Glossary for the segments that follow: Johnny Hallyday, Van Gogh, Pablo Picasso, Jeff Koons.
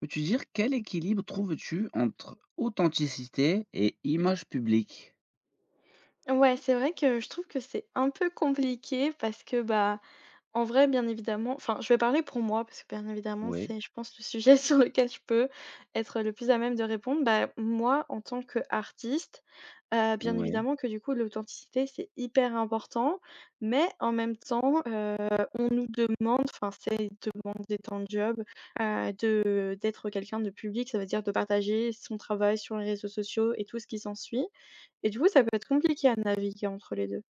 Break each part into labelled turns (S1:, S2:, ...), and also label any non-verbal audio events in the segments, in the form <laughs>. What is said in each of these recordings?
S1: Peux-tu dire quel équilibre trouves-tu entre authenticité et image publique?
S2: Ouais, c'est vrai que je trouve que c'est un peu compliqué parce que, en vrai, bien évidemment, enfin, je vais parler pour moi parce que, bien évidemment,
S1: Oui,
S2: c'est, je pense, le sujet <laughs> sur lequel je peux être le plus à même de répondre. Moi, en tant qu'artiste, bien
S1: oui.
S2: évidemment que, du coup, l'authenticité, c'est hyper important, mais en même temps, on nous demande, enfin, c'est demander ton job, d'être quelqu'un de public, ça veut dire de partager son travail sur les réseaux sociaux et tout ce qui s'ensuit. Et du coup, ça peut être compliqué à naviguer entre les deux.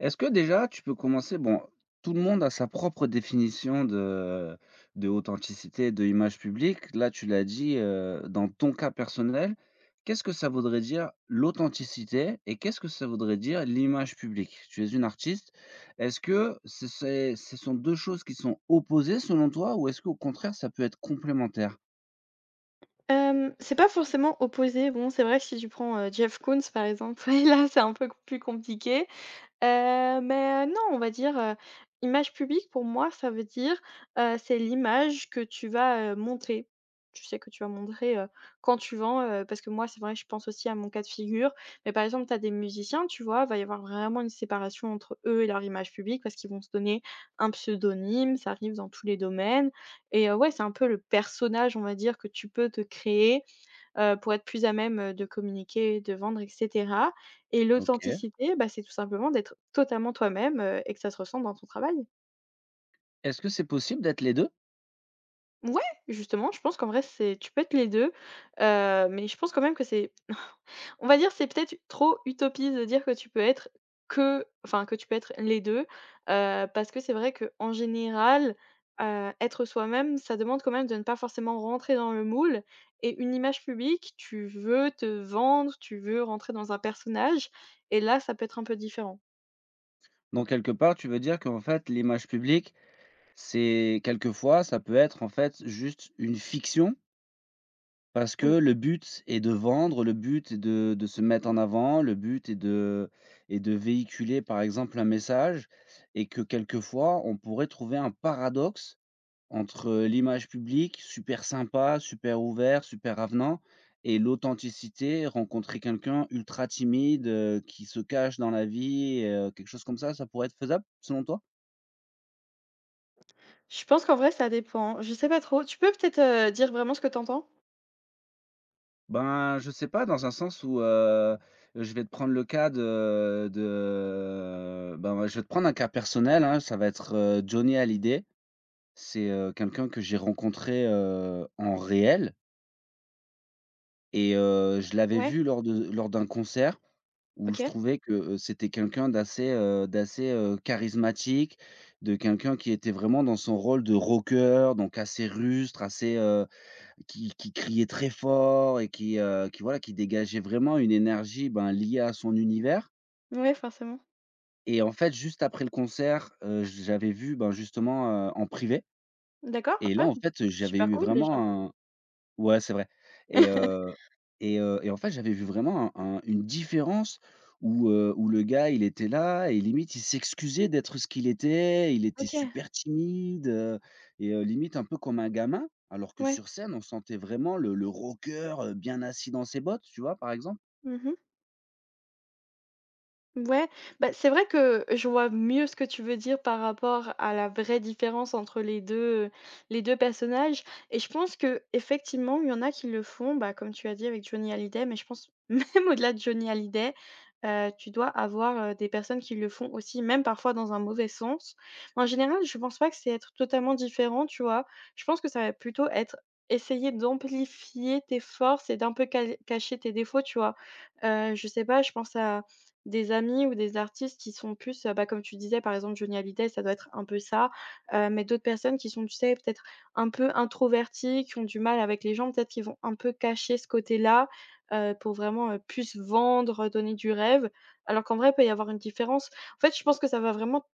S1: Est-ce que déjà tu peux commencer bon, tout le monde a sa propre définition de authenticité, de image publique. Là, tu l'as dit, dans ton cas personnel, qu'est-ce que ça voudrait dire l'authenticité et qu'est-ce que ça voudrait dire l'image publique? Tu es une artiste, est-ce que ce sont 2 choses qui sont opposées selon toi ou est-ce qu'au contraire ça peut être complémentaire?
S2: C'est pas forcément opposé. Bon, c'est vrai que si tu prends, Jeff Koons, par exemple, <laughs> là, c'est un peu plus compliqué. Non, on va dire, image publique pour moi, ça veut dire, c'est l'image que tu vas, montrer. Tu sais que tu vas montrer, quand tu vends, parce que moi, c'est vrai, je pense aussi à mon cas de figure, mais par exemple, tu as des musiciens, tu vois? Va y avoir vraiment une séparation entre eux et leur image publique parce qu'ils vont se donner un pseudonyme, ça arrive dans tous les domaines et ouais, c'est un peu le personnage, on va dire, que tu peux te créer, pour être plus à même, de communiquer, de vendre, et cetera, et
S1: OK.
S2: l'authenticité, bah, c'est tout simplement d'être totalement toi-même, et que ça se ressent dans ton travail.
S1: Est-ce que c'est possible d'être les deux?
S2: Ouais, justement, je pense qu'en vrai, c'est, tu peux être les 2, mais je pense quand même que c'est on va dire, c'est peut-être trop utopiste de dire que tu peux être, que enfin, que tu peux être les deux, parce que c'est vrai que en général, être soi-même, ça demande quand même de ne pas forcément rentrer dans le moule, et une image publique, tu veux te vendre, tu veux rentrer dans un personnage et là, ça peut être un peu différent.
S1: Donc quelque part, tu veux dire qu'en fait, l'image publique, c'est quelquefois, ça peut être, en fait, juste une fiction parce que
S2: Ou
S1: le but est de vendre, le but est de se mettre en avant, le but est de véhiculer, par exemple, un message et que quelquefois, on pourrait trouver un paradoxe entre l'image publique, super sympa, super ouvert, super avenant et l'authenticité, rencontrer quelqu'un ultra timide, qui se cache dans la vie, quelque chose comme ça pourrait être faisable selon toi?
S2: je pense qu'en vrai, ça dépend. Je sais pas trop. Tu peux peut-être, dire vraiment ce que t'entends.
S1: Ben, je sais pas dans un sens où, je vais te prendre le cas de ben, moi, je vais te prendre un cas personnel, hein, ça va être, Johnny Hallyday. C'est, quelqu'un que j'ai rencontré, en réel. Et je l'avais
S2: Ouais,
S1: vu lors d'un concert où je
S2: OK.
S1: trouvais que, c'était quelqu'un d'assez charismatique, de quelqu'un qui était vraiment dans son rôle de rocker donc assez rustre, assez, qui criait très fort et qui voilà, qui dégageait vraiment une énergie, ben, liée à son univers.
S2: Ouais, forcément.
S1: Et en fait, juste après le concert, je vu, ben, justement, en privé
S2: D'accord.
S1: et là,
S2: Ah,
S1: en fait, j'avais
S2: super
S1: eu
S2: cool déjà.
S1: vraiment… Ouais, c'est vrai. et heu
S2: <laughs>
S1: et heu et en fait, j'avais vu vraiment un une différence où, où le gars, il était là et limite, il s'excusait d'être ce qu'il était. Il était
S2: OK,
S1: super timide, et limite un peu comme un gamin, alors que
S2: ouais.
S1: sur scène, on sentait vraiment le rockeur, bien assis dans ses bottes, tu vois, par exemple?
S2: Mmh. Ouais, bah, c'est vrai que je vois mieux ce que tu veux dire par rapport à la vraie différence entre les 2 personnages, et je pense que effectivement, il y en a qui le font, bah, comme tu as dit avec Johnny Hallyday, mais je pense <laughs> même au-delà de Johnny Hallyday, tu dois avoir, des personnes qui le font aussi, même parfois dans un mauvais sens. En général, je pense pas que c'est être totalement différent, tu vois? Je pense que ça va plutôt être essayer d'amplifier tes forces et d'un peu cal cacher tes défauts, tu vois? Je sais pas, je pense à des amis ou des artistes qui sont plus, bah, comme tu disais, par exemple, Johnny Hallyday, ça doit être un peu ça, mais d'autres personnes qui sont, tu sais, peut-être un peu introverties, qui ont du mal avec les gens, peut-être qu'ils vont un peu cacher ce côté-là, pour vraiment, plus vendre, donner du rêve, alors qu'en vrai, il peut y avoir une différence. En fait, je pense que ça va vraiment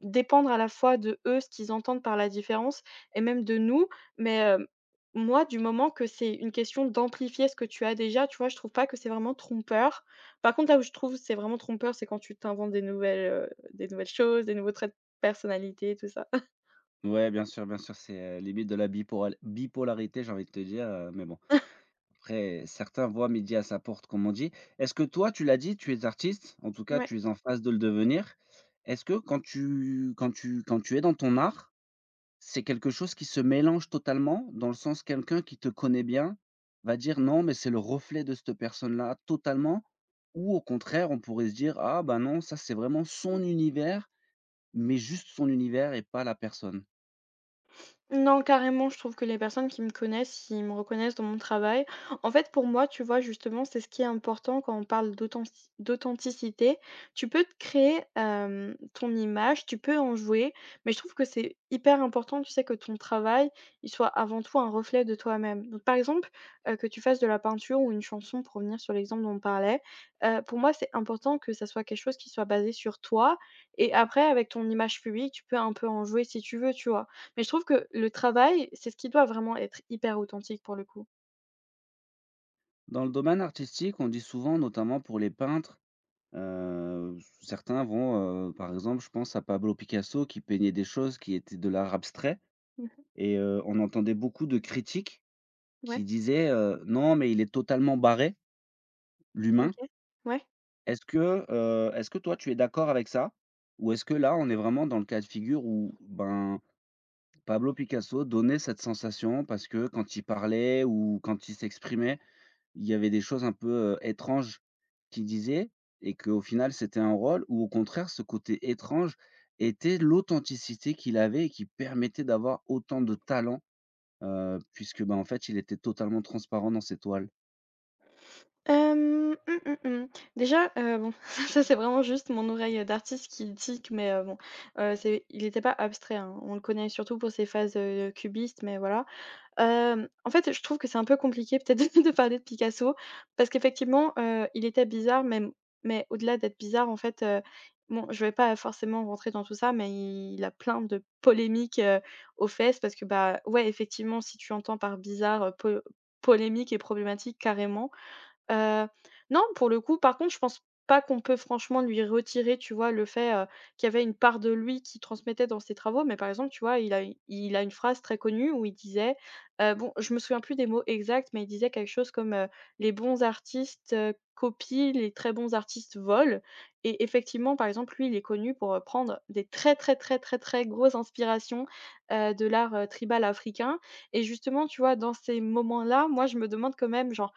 S2: dépendre à la fois de eux, ce qu'ils entendent par la différence, et même de nous. Mais, moi, du moment que c'est une question d'amplifier ce que tu as déjà, tu vois? Je trouve pas que c'est vraiment trompeur. Par contre, là où je trouve que c'est vraiment trompeur, c'est quand tu t'inventes des nouvelles choses, des nouveaux traits de personnalité, tout ça.
S1: Ouais, bien sûr, c'est, limite de la biporal bipolarité, j'ai envie de te dire, mais bon.
S2: <laughs>
S1: Après, certains voient midi à sa porte, comme on dit. Est-ce que toi, tu l'as dit, tu es artiste, en tout cas,
S2: Ouais.
S1: tu es en phase de le devenir. Est-ce que quand tu es dans ton art, c'est quelque chose qui se mélange totalement, dans le sens quelqu'un qui te connaît bien va dire non, mais c'est le reflet de cette personne-là totalement, ou au contraire, on pourrait se dire ah ben non, ça c'est vraiment son univers, mais juste son univers et pas la personne.
S2: Non, carrément, je trouve que les personnes qui me connaissent, ils me reconnaissent dans mon travail. En fait, pour moi, tu vois, justement, c'est ce qui est important quand on parle d'authenticité. Tu peux te créer, ton image, tu peux en jouer, mais je trouve que c'est hyper important, tu sais, que ton travail, il soit avant tout un reflet de toi-même. Donc, par exemple, que tu fasses de la peinture ou une chanson, pour revenir sur l'exemple dont on parlait, pour moi, c'est important que ça soit quelque chose qui soit basé sur toi. Et après, avec ton image publique, tu peux un peu en jouer si tu veux, tu vois. Mais je trouve que le travail, c'est ce qui doit vraiment être hyper authentique pour le coup.
S1: Dans le domaine artistique, on dit souvent, notamment pour les peintres, certains vont, par exemple, je pense à Pablo Picasso qui peignait des choses qui étaient de l'art abstrait
S2: Mmh.
S1: et on entendait beaucoup de critiques qui
S2: Ouais,
S1: disaient, «Non, mais il est totalement barré, l'humain».
S2: OK. Ouais.
S1: Est-ce que toi tu es d'accord avec ça? Ou est-ce que là, on est vraiment dans le cas de figure où, ben, Pablo Picasso donnait cette sensation parce que quand il parlait ou quand il s'exprimait, il y avait des choses un peu, étranges qu'il disait et qu'au final c'était un rôle ou au contraire ce côté étrange était l'authenticité qu'il avait et qui permettait d'avoir autant de talent, puisque, ben en fait il était totalement transparent dans ses toiles.
S2: Hem, mmh, mmh, mmh. Déjà, bon, <laughs> ça c'est vraiment juste mon oreille d'artiste qui tique, mais bon, c'est il n'était pas abstrait, hein. On le connaît surtout pour ses phases, cubistes, mais voilà. En fait, je trouve que c'est un peu compliqué peut-être <laughs> de parler de Picasso parce qu'effectivement, il était bizarre, même. Mais au-delà d'être bizarre, en fait, bon, je vais pas forcément rentrer dans tout ça, mais il a plein de polémiques, aux fesses parce que, bah, ouais, effectivement, si tu entends par bizarre, po polémique et problématique, carrément. Heu, non, pour le coup, par contre, je pense pas qu'on peut franchement lui retirer, tu vois, le fait, qu'il y avait une part de lui qui transmettait dans ses travaux. Mais par exemple, tu vois, il a une phrase très connue où il disait, bon, je me souviens plus des mots exacts, mais il disait quelque chose comme, «Les bons artistes, copient, les très bons artistes volent», et effectivement, par exemple, lui, il est connu pour, prendre des très, très, très, très, très grosses inspirations, de l'art, tribal africain, et justement, tu vois, dans ces moments-là, moi, je me demande quand même, genre,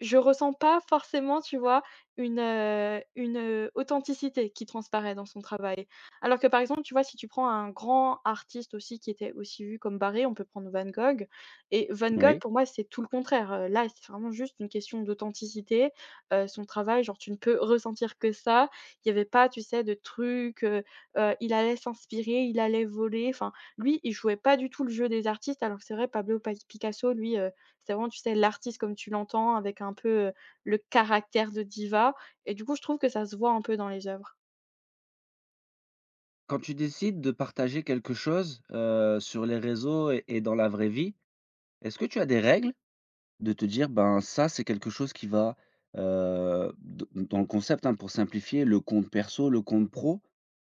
S2: je ressens pas forcément, tu vois, une, authenticité qui transparaît dans son travail. Alors que par exemple, tu vois, si tu prends un grand artiste aussi qui était aussi vu comme barré, on peut prendre Van Gogh, et Van Gogh
S1: Oui.
S2: pour moi, c'est tout le contraire, là, c'est vraiment juste une question d'authenticité, son travail, genre tu ne peux ressentir que ça. Il n'y avait pas, tu sais, de trucs, il allait s'inspirer, il allait voler, enfin, lui, il jouait pas du tout le jeu des artistes, alors que c'est vrai, Pablo Pai Picasso, lui, c'est vraiment, tu sais, l'artiste comme tu l'entends avec un peu, le caractère de diva, et du coup, je trouve que ça se voit un peu dans les œuvres.
S1: Quand tu décides de partager quelque chose, sur les réseaux et dans la vraie vie, est-ce que tu as des règles? De te dire: «Ben, ça, c'est quelque chose qui va,» d dans le concept, hein, pour simplifier, le compte perso, le compte pro.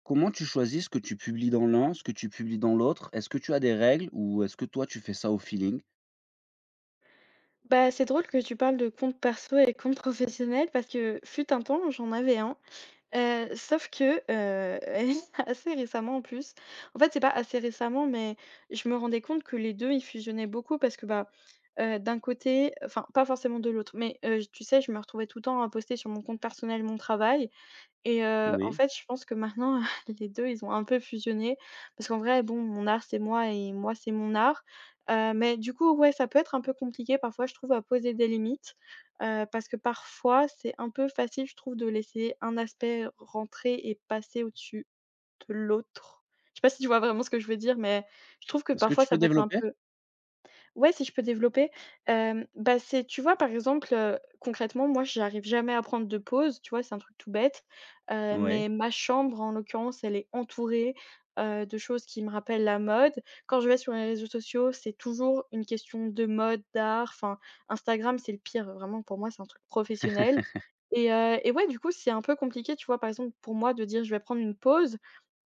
S1: Comment tu choisis ce que tu publies dans l'un, ce que tu publies dans l'autre? Est-ce que tu as des règles ou est-ce que toi, tu fais ça au feeling?
S2: Bah, c'est drôle que tu parles de compte perso et compte professionnel, parce que fut un temps, j'en avais un, sauf que, <laughs> assez récemment en plus, en fait, c'est pas assez récemment, mais je me rendais compte que les 2 ils fusionnaient beaucoup parce que, bah, d'un côté, enfin, pas forcément de l'autre, mais tu sais, je me retrouvais tout le temps à poster sur mon compte personnel mon travail. Et en
S1: Oui.
S2: fait, je pense que maintenant, <laughs> les 2, ils ont un peu fusionné parce qu'en vrai, bon, mon art, c'est moi, et moi, c'est mon art. Mais du coup, ouais, ça peut être un peu compliqué parfois, je trouve, à poser des limites, parce que parfois, c'est un peu facile, je trouve, de laisser un aspect rentrer et passer au-dessus de l'autre. Je sais pas si tu vois vraiment ce que je veux dire, mais je trouve que
S1: Est-ce que
S2: parfois,
S1: tu peux
S2: ça peut être un
S1: développer?
S2: peu… Ouais, si je peux développer, bah, c'est, tu vois, par exemple, concrètement, moi, j'arrive jamais à prendre de pause, tu vois? C'est un truc tout bête,
S1: Oui.
S2: mais ma chambre, en l'occurrence, elle est entourée, de choses qui me rappellent la mode. Quand je vais sur les réseaux sociaux, c'est toujours une question de mode, d'art, enfin, Instagram, c'est le pire, vraiment, pour moi, c'est un truc professionnel, et ouais, du coup, c'est un peu compliqué, tu vois? Par exemple, pour moi, de dire: «Je vais prendre une pause»,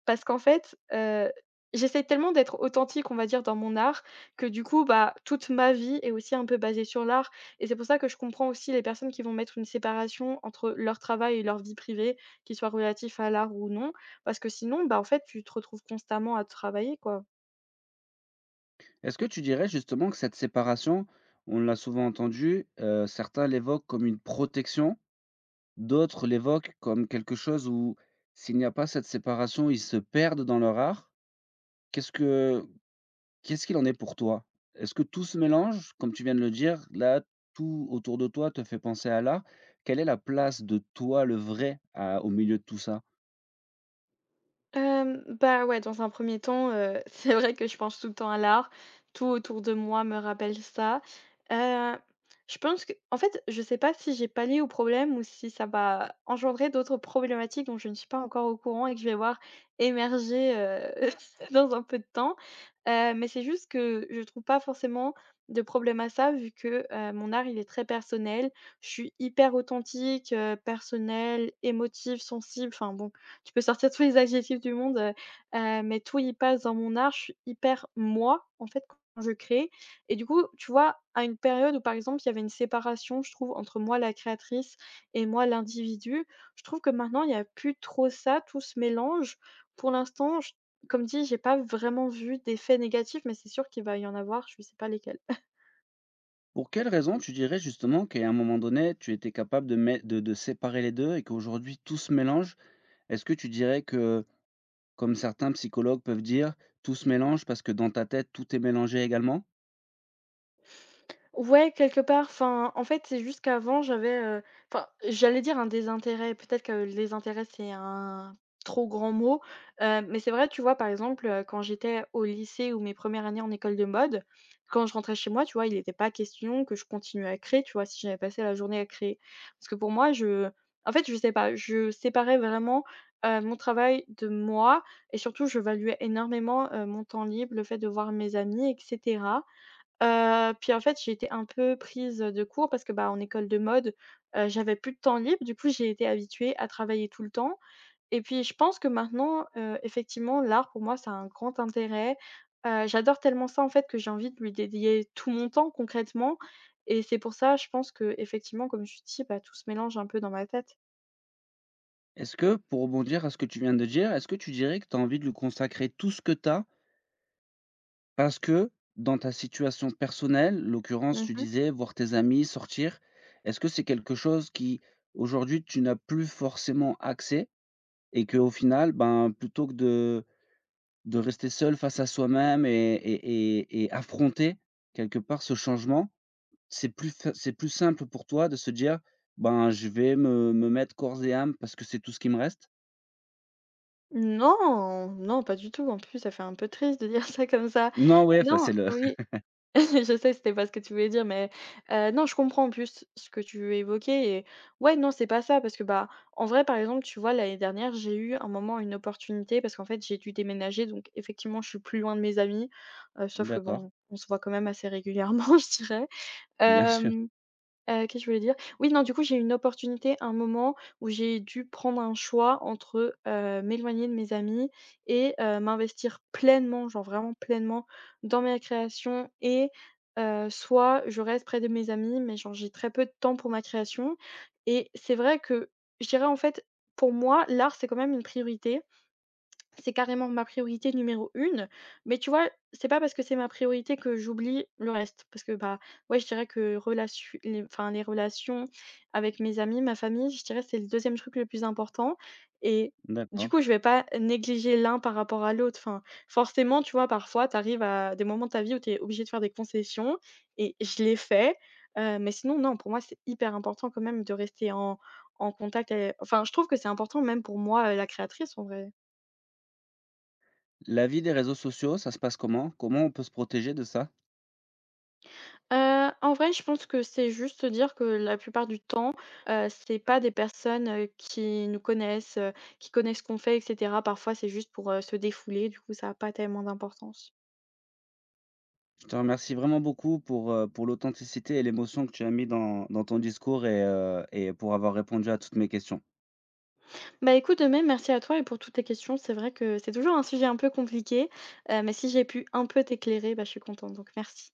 S2: parce qu'en fait, j'essaie tellement d'être authentique, on va dire, dans mon art, que du coup, bah, toute ma vie est aussi un peu basée sur l'art, et c'est pour ça que je comprends aussi les personnes qui vont mettre une séparation entre leur travail et leur vie privée, qu'ils soient relatifs à l'art ou non, parce que sinon, bah, en fait, tu te retrouves constamment à travailler, quoi.
S1: Est-ce que tu dirais justement que cette séparation, on l'a souvent entendu, certains l'évoquent comme une protection, d'autres l'évoquent comme quelque chose où s'il n'y a pas cette séparation, ils se perdent dans leur art. Qu'est-ce que Qu'est-ce qu'il en est pour toi? Est-ce que tout se mélange? Comme tu viens de le dire, là, tout autour de toi te fait penser à l'art. Quelle est la place de toi, le vrai, à au milieu de tout ça?
S2: Bah, ouais, dans un premier temps, <laughs> c'est vrai que je pense tout le temps à l'art. Tout autour de moi me rappelle ça. Heu, je pense que en fait, je sais pas si j'ai pallié au problème ou si ça va engendrer d'autres problématiques dont je ne suis pas encore au courant et que je vais voir émerger, <laughs> dans un peu de temps. Mais c'est juste que je trouve pas forcément de problème à ça vu que, mon art, il est très personnel. Je suis hyper authentique, personnelle, émotive, sensible, enfin bon tu peux sortir tous les adjectifs du monde, mais tout y passe dans mon art. Je suis hyper moi, en fait, quand je crée et du coup, tu vois, à une période où, par exemple, il y avait une séparation, je trouve, entre moi, la créatrice et moi, l'individu, je trouve que maintenant, il y a plus trop ça, tout se mélange. Pour l'instant, j comme dit, j'ai pas vraiment vu d'effet négatif, mais c'est sûr qu'il va y en avoir, je sais pas lesquels.
S1: Pour quelle raison tu dirais justement qu'à un moment donné, tu étais capable de mett de séparer les 2 et qu'aujourd'hui tout se mélange? Est-ce que tu dirais que, comme certains psychologues peuvent dire: «Tout se mélange» parce que dans ta tête, tout est mélangé également?
S2: Ouais, quelque part, enfin, en fait, c'est juste qu'avant, enfin, j'allais dire un désintérêt, peut-être que le désintérêt, c'est un trop grand mot, mais c'est vrai, tu vois, par exemple, quand j'étais au lycée ou mes premières années en école de mode, quand je rentrais chez moi, tu vois, il n'était pas question que je continue à créer, tu vois, si j'avais passé la journée à créer. Parce que pour moi, je En fait, je sais pas, je séparais vraiment, mon travail de moi et surtout, je valuais énormément, mon temps libre, le fait de voir mes amis etc. Puis en fait, j'ai été un peu prise, de court parce que, bah, en école de mode, j'avais plus de temps libre. Du coup, j'ai été habituée à travailler tout le temps et puis je pense que maintenant, effectivement, l'art pour moi, ça a un grand intérêt. J'adore tellement ça, en fait, que j'ai envie de lui dédier tout mon temps concrètement et c'est pour ça, je pense que effectivement, comme tu dis, bah, tout se mélange un peu dans ma tête.
S1: Est-ce que, pour rebondir à ce que tu viens de dire, est-ce que tu dirais que tu as envie de lui consacrer tout ce que tu as? Parce que dans ta situation personnelle, l'occurrence, tu
S2: Mmh.
S1: disais voir tes amis, sortir, est-ce que c'est quelque chose qui, aujourd'hui, tu n'as plus forcément accès et que au final, ben, plutôt que de rester seul face à soi-même et affronter quelque part ce changement, c'est plus fa c'est plus simple pour toi de se dire: «Ben, je vais me mettre corps et âme parce que c'est tout ce qui me reste»?
S2: Non, non, pas du tout. En plus, ça fait un peu triste de dire <laughs> ça comme ça.
S1: Non, ouais, enfin,
S2: Non,
S1: c'est le
S2: oui.
S1: <laughs>
S2: <laughs> Je sais, c'était pas ce que tu voulais dire, mais non, je comprends en plus ce que tu évoquais et ouais, non, c'est pas ça parce que, bah, en vrai, par exemple, tu vois, l'année dernière, j'ai eu un moment une opportunité parce qu'en fait, j'ai dû déménager donc effectivement, je suis plus loin de mes amis, sauf que
S1: d'accord,
S2: bon, on se voit quand même assez régulièrement, <laughs> je dirais.
S1: bien sûr,
S2: Hem. Qu'est-ce que je voulais dire? Oui, non, du coup, j'ai eu une opportunité, un moment où j'ai dû prendre un choix entre, m'éloigner de mes amis et m'investir pleinement, genre vraiment pleinement dans ma création et soit je reste près de mes amis, mais genre j'ai très peu de temps pour ma création et c'est vrai que je dirais, en fait, pour moi, l'art, c'est quand même une priorité. C'est carrément ma priorité numéro une, mais tu vois, c'est pas parce que c'est ma priorité que j'oublie le reste. Parce que, bah, ouais, je dirais que relation les enfin, les relations avec mes amis, ma famille, je dirais que c'est le deuxième truc le plus important et du
S1: d'accord.
S2: coup, je vais pas négliger l'un par rapport à l'autre. Enfin, forcément, tu vois, parfois, tu arrives à des moments de ta vie où tu es obligé de faire des concessions et je l'ai fait, mais sinon, non, pour moi, c'est hyper important quand même de rester en contact et enfin, je trouve que c'est important même pour moi, la créatrice, en vrai.
S1: La vie des réseaux sociaux, ça se passe comment? Comment on peut se protéger de ça?
S2: En vrai, je pense que c'est juste dire que la plupart du temps, c'est pas des personnes, qui nous connaissent, qui connaissent ce qu'on fait et cetera. Parfois, c'est juste pour, se défouler, du coup, ça a pas tellement d'importance.
S1: Je te remercie vraiment beaucoup pour l'authenticité et l'émotion que tu as mis dans dans ton discours et pour avoir répondu à toutes mes questions.
S2: Bah, écoute, de même, merci à toi et pour toutes tes questions. C'est vrai que c'est toujours un sujet un peu compliqué, mais si j'ai pu un peu t'éclairer, bah, je suis contente, donc merci.